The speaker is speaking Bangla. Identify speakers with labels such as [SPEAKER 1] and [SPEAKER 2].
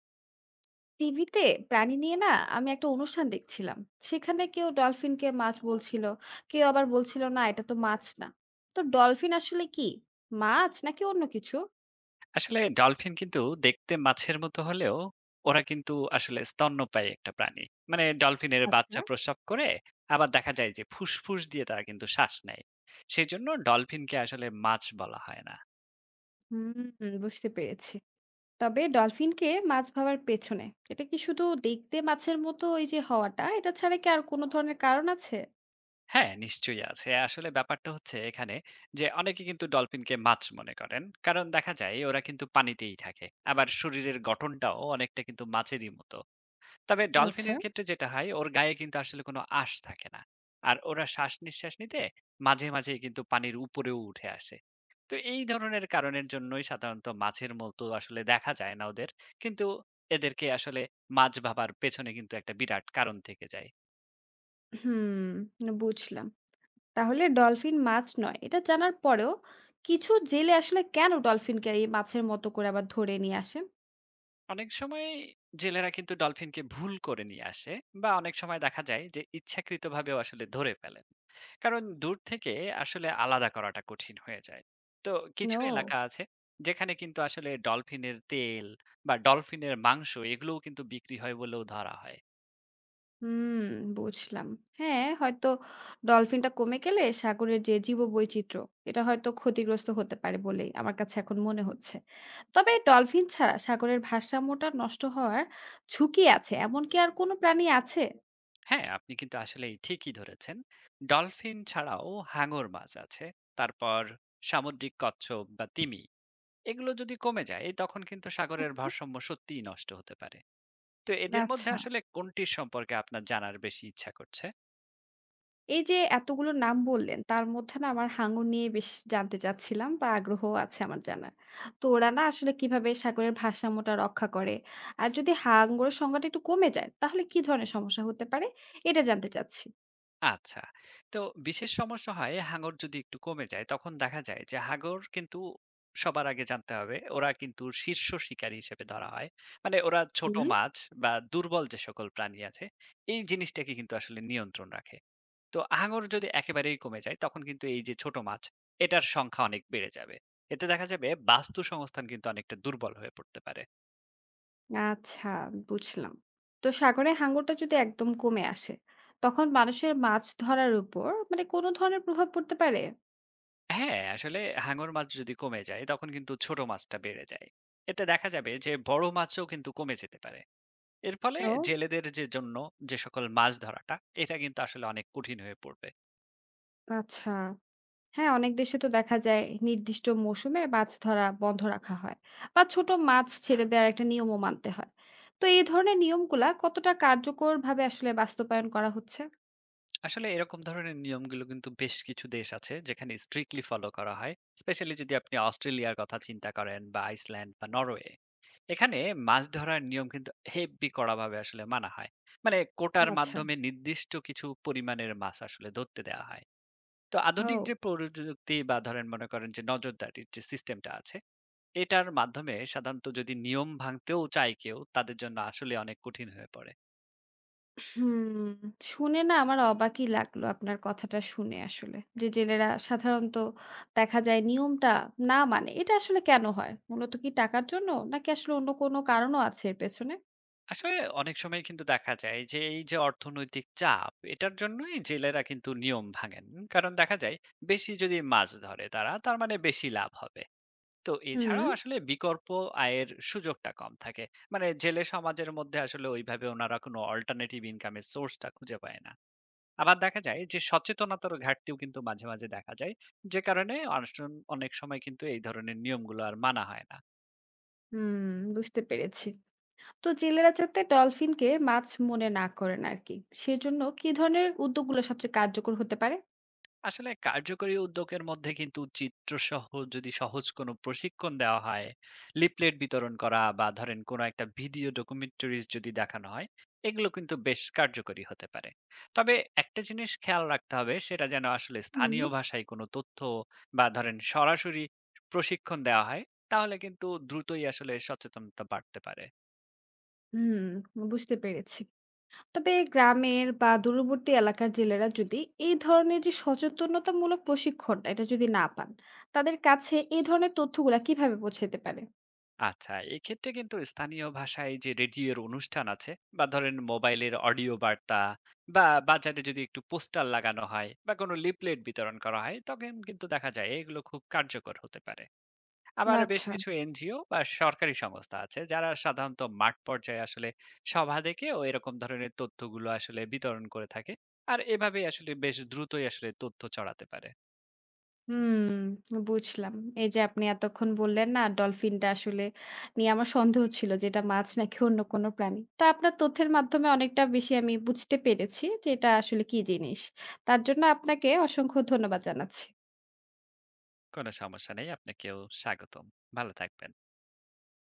[SPEAKER 1] টিভিতে প্রাণী নিয়ে না আমি একটা অনুষ্ঠান দেখছিলাম। সেখানে কেউ ডলফিনকে মাছ বলছিল, কেউ আবার বলছিল না এটা তো মাছ না। তো ডলফিন আসলে কি, মাছ নাকি অন্য কিছু?
[SPEAKER 2] আসলে ডলফিন কিন্তু দেখতে মাছের মতো হলেও ওরা কিন্তু আসলে স্তন্যপায়ী একটা প্রাণী। মানে ডলফিনের
[SPEAKER 1] আচ্ছা।
[SPEAKER 2] বাচ্চা প্রসব করে আবার দেখা যায় যে ফুসফুস দিয়ে তারা কিন্তু শ্বাস নেয়। সেজন্য ডলফিনকে আসলে মাছ বলা হয় না।
[SPEAKER 1] হুম, বুঝতে পেরেছি। তবে ডলফিনকে মাছ ভাবার পেছনে এটা কি শুধু দেখতে মাছের মতো ওই যে হওয়াটা, এটা ছাড়া কি আর কোনো ধরনের কারণ আছে?
[SPEAKER 2] হ্যাঁ, নিশ্চয়ই আছে। আসলে ব্যাপারটা হচ্ছে এখানে যে অনেকে কিন্তু ডলফিনকে মাছ মনে করেন। কারণ দেখা যায় ওরা কিন্তু পানিতেই থাকে। আবার শরীরের গঠনটাও অনেকটা কিন্তু মাছেরই মতো। তবে
[SPEAKER 1] আচ্ছা।
[SPEAKER 2] ডলফিনের ক্ষেত্রে যেটা হয় ওর গায়ে কিন্তু আসলে কোনো আঁশ থাকে না। আর ওরা শ্বাস-নিঃশ্বাস নিতে মাঝে, মাঝেই কিন্তু পানির উপরেও উঠে আসে। তো এই ধরনের কারণের জন্যই সাধারণত মাছের মতো আসলে দেখা যায় না ওদের। কিন্তু এদেরকে আসলে মাছ ভাবার পেছনে কিন্তু একটা বিরাট কারণ থেকে যায়।
[SPEAKER 1] হুম, বুঝলাম। তাহলে ডলফিন মাছ নয় এটা জানার পরেও কিছু জেলে আসলে কেন ডলফিনকে এই মাছের মতো করে আবার ধরে নিয়ে আসে?
[SPEAKER 2] অনেক সময় জেলেরা কিন্তু ডলফিনকে ভুল করে নিয়ে আসে বা অনেক সময় দেখা যায় যে ইচ্ছাকৃতভাবেও আসলে ধরে ফেলেন কারণ দূর থেকে আসলে আলাদা করাটা কঠিন হয়ে যায়। তো কিছু
[SPEAKER 1] ও!
[SPEAKER 2] এলাকা আছে যেখানে কিন্তু আসলে ডলফিনের তেল বা ডলফিনের মাংস এগুলোও কিন্তু বিক্রি হয় বলেও ধরা হয়।
[SPEAKER 1] হুম, বুঝলাম। হ্যাঁ, হয়তো ডলফিনটা কমে গেলে সাগরের যে জীববৈচিত্র্য, এটা হয়তো ক্ষতিগ্রস্ত হতে পারে বলেই আমার কাছে এখন মনে হচ্ছে। তবে ডলফিন ছাড়া সাগরের ভারসাম্যটা নষ্ট হওয়ার ঝুঁকি আছে, এমন কি আর কোনো প্রাণী আছে?
[SPEAKER 2] হ্যাঁ আপনি কিন্তু আসলে ঠিকই ধরেছেন। ডলফিন ছাড়াও হাঙর মাছ আছে, তারপর সামুদ্রিক কচ্ছপ বা তিমি, এগুলো যদি কমে যায় তখন কিন্তু সাগরের
[SPEAKER 1] হুম।
[SPEAKER 2] ভারসাম্য সত্যিই নষ্ট হতে পারে। তো এদের মধ্যে
[SPEAKER 1] আচ্ছা।
[SPEAKER 2] আসলে কোনটির সম্পর্কে আপনার জানার বেশি ইচ্ছা করছে?
[SPEAKER 1] এই যে এতগুলো নাম বললেন, তার মধ্যে না আমার হাঙর নিয়ে বেশ জানতে চাচ্ছিলাম বা আগ্রহও আছে আমার জানার। তো ওরা না আসলে কিভাবে সাগরের ভারসাম্যটা রক্ষা করে? আর যদি হাঙরের সংখ্যাটা একটু কমে যায়, তাহলে কি ধরনের সমস্যা হতে পারে? এটা জানতে চাচ্ছি।
[SPEAKER 2] আচ্ছা। তো বিশেষ সমস্যা হয় হাঙর যদি একটু কমে যায় তখন দেখা যায় যে হাঙর কিন্তু সবার আগে জানতে হবে ওরা কিন্তু শীর্ষ শিকারী হিসেবে ধরা হয়। মানে ওরা ছোট
[SPEAKER 1] হুম।
[SPEAKER 2] মাছ বা দুর্বল যে সকল প্রাণী আছে এই জিনিসটাকে কিন্তু আসলে নিয়ন্ত্রণ রাখে। তো হাঙর যদি একেবারেই কমে যায় তখন কিন্তু এই যে ছোট মাছ, এটার সংখ্যা অনেক বেড়ে যাবে। এতে দেখা যাবে বাস্তু সংস্থান কিন্তু অনেকটা দুর্বল হয়ে পড়তে পারে।
[SPEAKER 1] আচ্ছা, বুঝলাম। তো সাগরে হাঙরটা যদি একদম কমে আসে, তখন মানুষের মাছ ধরার উপর মানে কোনো ধরনের প্রভাব পড়তে পারে?
[SPEAKER 2] হ্যাঁ, আসলে হাঙর মাছ যদি কমে যায় তখন কিন্তু ছোট মাছটা বেড়ে যায়। এতে দেখা যাবে যে বড় মাছও কিন্তু কমে যেতে পারে। এর ফলে
[SPEAKER 1] ও
[SPEAKER 2] জেলেদের যে জন্য যে সকল মাছ ধরাটা এটা কিন্তু আসলে অনেক কঠিন হয়ে পড়বে।
[SPEAKER 1] আচ্ছা। হ্যাঁ, অনেক দেশে তো দেখা যায় নির্দিষ্ট মৌসুমে মাছ ধরা বন্ধ রাখা হয় বা ছোট মাছ ছেড়ে দেওয়ার একটা নিয়মও মানতে হয়। তো এই ধরনের নিয়মগুলা কতটা কার্যকরভাবে আসলে বাস্তবায়ন করা হচ্ছে?
[SPEAKER 2] আসলে এরকম ধরনের নিয়মগুলো কিন্তু বেশ কিছু দেশ আছে যেখানে স্ট্রিক্টলি ফলো করা হয়। স্পেশালি যদি আপনি অস্ট্রেলিয়ার কথা চিন্তা করেন বা আইসল্যান্ড বা নরওয়ে। এখানে মাছ ধরার নিয়ম কিন্তু হেব্বি কড়াভাবে আসলে মানা হয়। মানে কোটার
[SPEAKER 1] আচ্ছা।
[SPEAKER 2] মাধ্যমে নির্দিষ্ট কিছু পরিমাণের মাছ আসলে ধরতে দেওয়া হয়। তো আধুনিক যে
[SPEAKER 1] ও।
[SPEAKER 2] প্রযুক্তি বা ধরেন মনে করেন যে নজরদারির যে সিস্টেমটা আছে, এটার মাধ্যমে সাধারণত যদি নিয়ম ভাঙতেও চায় কেউ, তাদের জন্য আসলে অনেক কঠিন হয়ে পড়ে।
[SPEAKER 1] হুম, শুনে না আমার অবাকই লাগলো আপনার কথাটা শুনে আসলে। যে জেলেরা সাধারণত দেখা যায় নিয়মটা না মানে। এটা আসলে কেন হয়? মূলত কি টাকার জন্য? নাকি আসলে অন্য কোনো কারণও আছে এর পেছনে?
[SPEAKER 2] আসলে অনেক সময় কিন্তু দেখা যায় যে এই যে অর্থনৈতিক চাপ, এটার জন্যই জেলেরা কিন্তু নিয়ম ভাঙেন। কারণ দেখা যায় বেশি যদি মাছ ধরে তারা, তার মানে বেশি লাভ হবে। তো
[SPEAKER 1] হুম,
[SPEAKER 2] এছাড়াও আসলে বিকল্প আয়ের সুযোগটা কম থাকে। মানে জেলে সমাজের মধ্যে আসলে ওইভাবে ওনারা কোনো অল্টারনেটিভ ইনকাম এর সোর্স টা খুঁজে পায় না। আবার দেখা যায় যে সচেতনতার ঘাটতিও কিন্তু মাঝে মাঝে দেখা যায় যে কারণে অনেক সময় কিন্তু এই ধরনের নিয়মগুলো আর মানা হয় না।
[SPEAKER 1] হুম, বুঝতে পেরেছি। তো জেলেরা যাতে ডলফিনকে মাছ মনে না করেন আর কি, সেজন্য কি ধরনের উদ্যোগগুলো সবচেয়ে কার্যকর হতে পারে?
[SPEAKER 2] আসলে কার্যকরী উদ্যোগের মধ্যে কিন্তু চিত্রসহ যদি সহজ কোনো প্রশিক্ষণ দেওয়া হয়, লিফলেট বিতরণ করা বা ধরেন কোনো একটা ভিডিও ডকুমেন্টারিজ যদি দেখানো হয়, এগুলো কিন্তু বেশ কার্যকরী হতে পারে। তবে একটা জিনিস খেয়াল রাখতে হবে, সেটা যেন আসলে
[SPEAKER 1] হুম
[SPEAKER 2] স্থানীয় ভাষায় কোনো তথ্য বা ধরেন সরাসরি প্রশিক্ষণ দেওয়া হয়, তাহলে কিন্তু দ্রুতই আসলে সচেতনতা বাড়তে পারে।
[SPEAKER 1] হুম বুঝতে পেরেছি। তবে গ্রামের বা দূরবর্তী এলাকার জেলেরা যদি এই ধরনের যে সচেতনতামূলক প্রশিক্ষণটা এটা যদি না পান, তাদের কাছে এই ধরনের তথ্যগুলা কিভাবে পৌঁছাতে পারে?
[SPEAKER 2] আচ্ছা, এক্ষেত্রে কিন্তু স্থানীয় ভাষায় যে রেডিওর অনুষ্ঠান আছে বা ধরেন মোবাইলের অডিও বার্তা বা বাজারে যদি একটু পোস্টার লাগানো হয় বা কোনো লিফলেট বিতরণ করা হয় তখন কিন্তু দেখা যায় এগুলো খুব কার্যকর হতে পারে। আবার বেশ
[SPEAKER 1] আচ্ছা।
[SPEAKER 2] কিছু এনজিও বা সরকারি সংস্থা আছে যারা সাধারণত মাঠ পর্যায়ে আসলে সভা ডেকেও এরকম ধরনের তথ্যগুলো আসলে বিতরণ করে থাকে। আর এভাবেই আসলে বেশ দ্রুতই আসলে তথ্য ছড়াতে পারে।
[SPEAKER 1] হুম, বুঝলাম। এই যে আপনি এতক্ষণ বললেন না ডলফিনটা আসলে নিয়ে আমার সন্দেহ ছিল যে এটা মাছ নাকি অন্য কোনো প্রাণী। তো আপনার তথ্যের মাধ্যমে অনেকটা বেশি আমি বুঝতে পেরেছি যে এটা আসলে কি জিনিস। তার জন্য আপনাকে অসংখ্য ধন্যবাদ জানাচ্ছি।
[SPEAKER 2] কোনো সমস্যা নেই। আপনাকেও স্বাগতম। ভালো থাকবেন।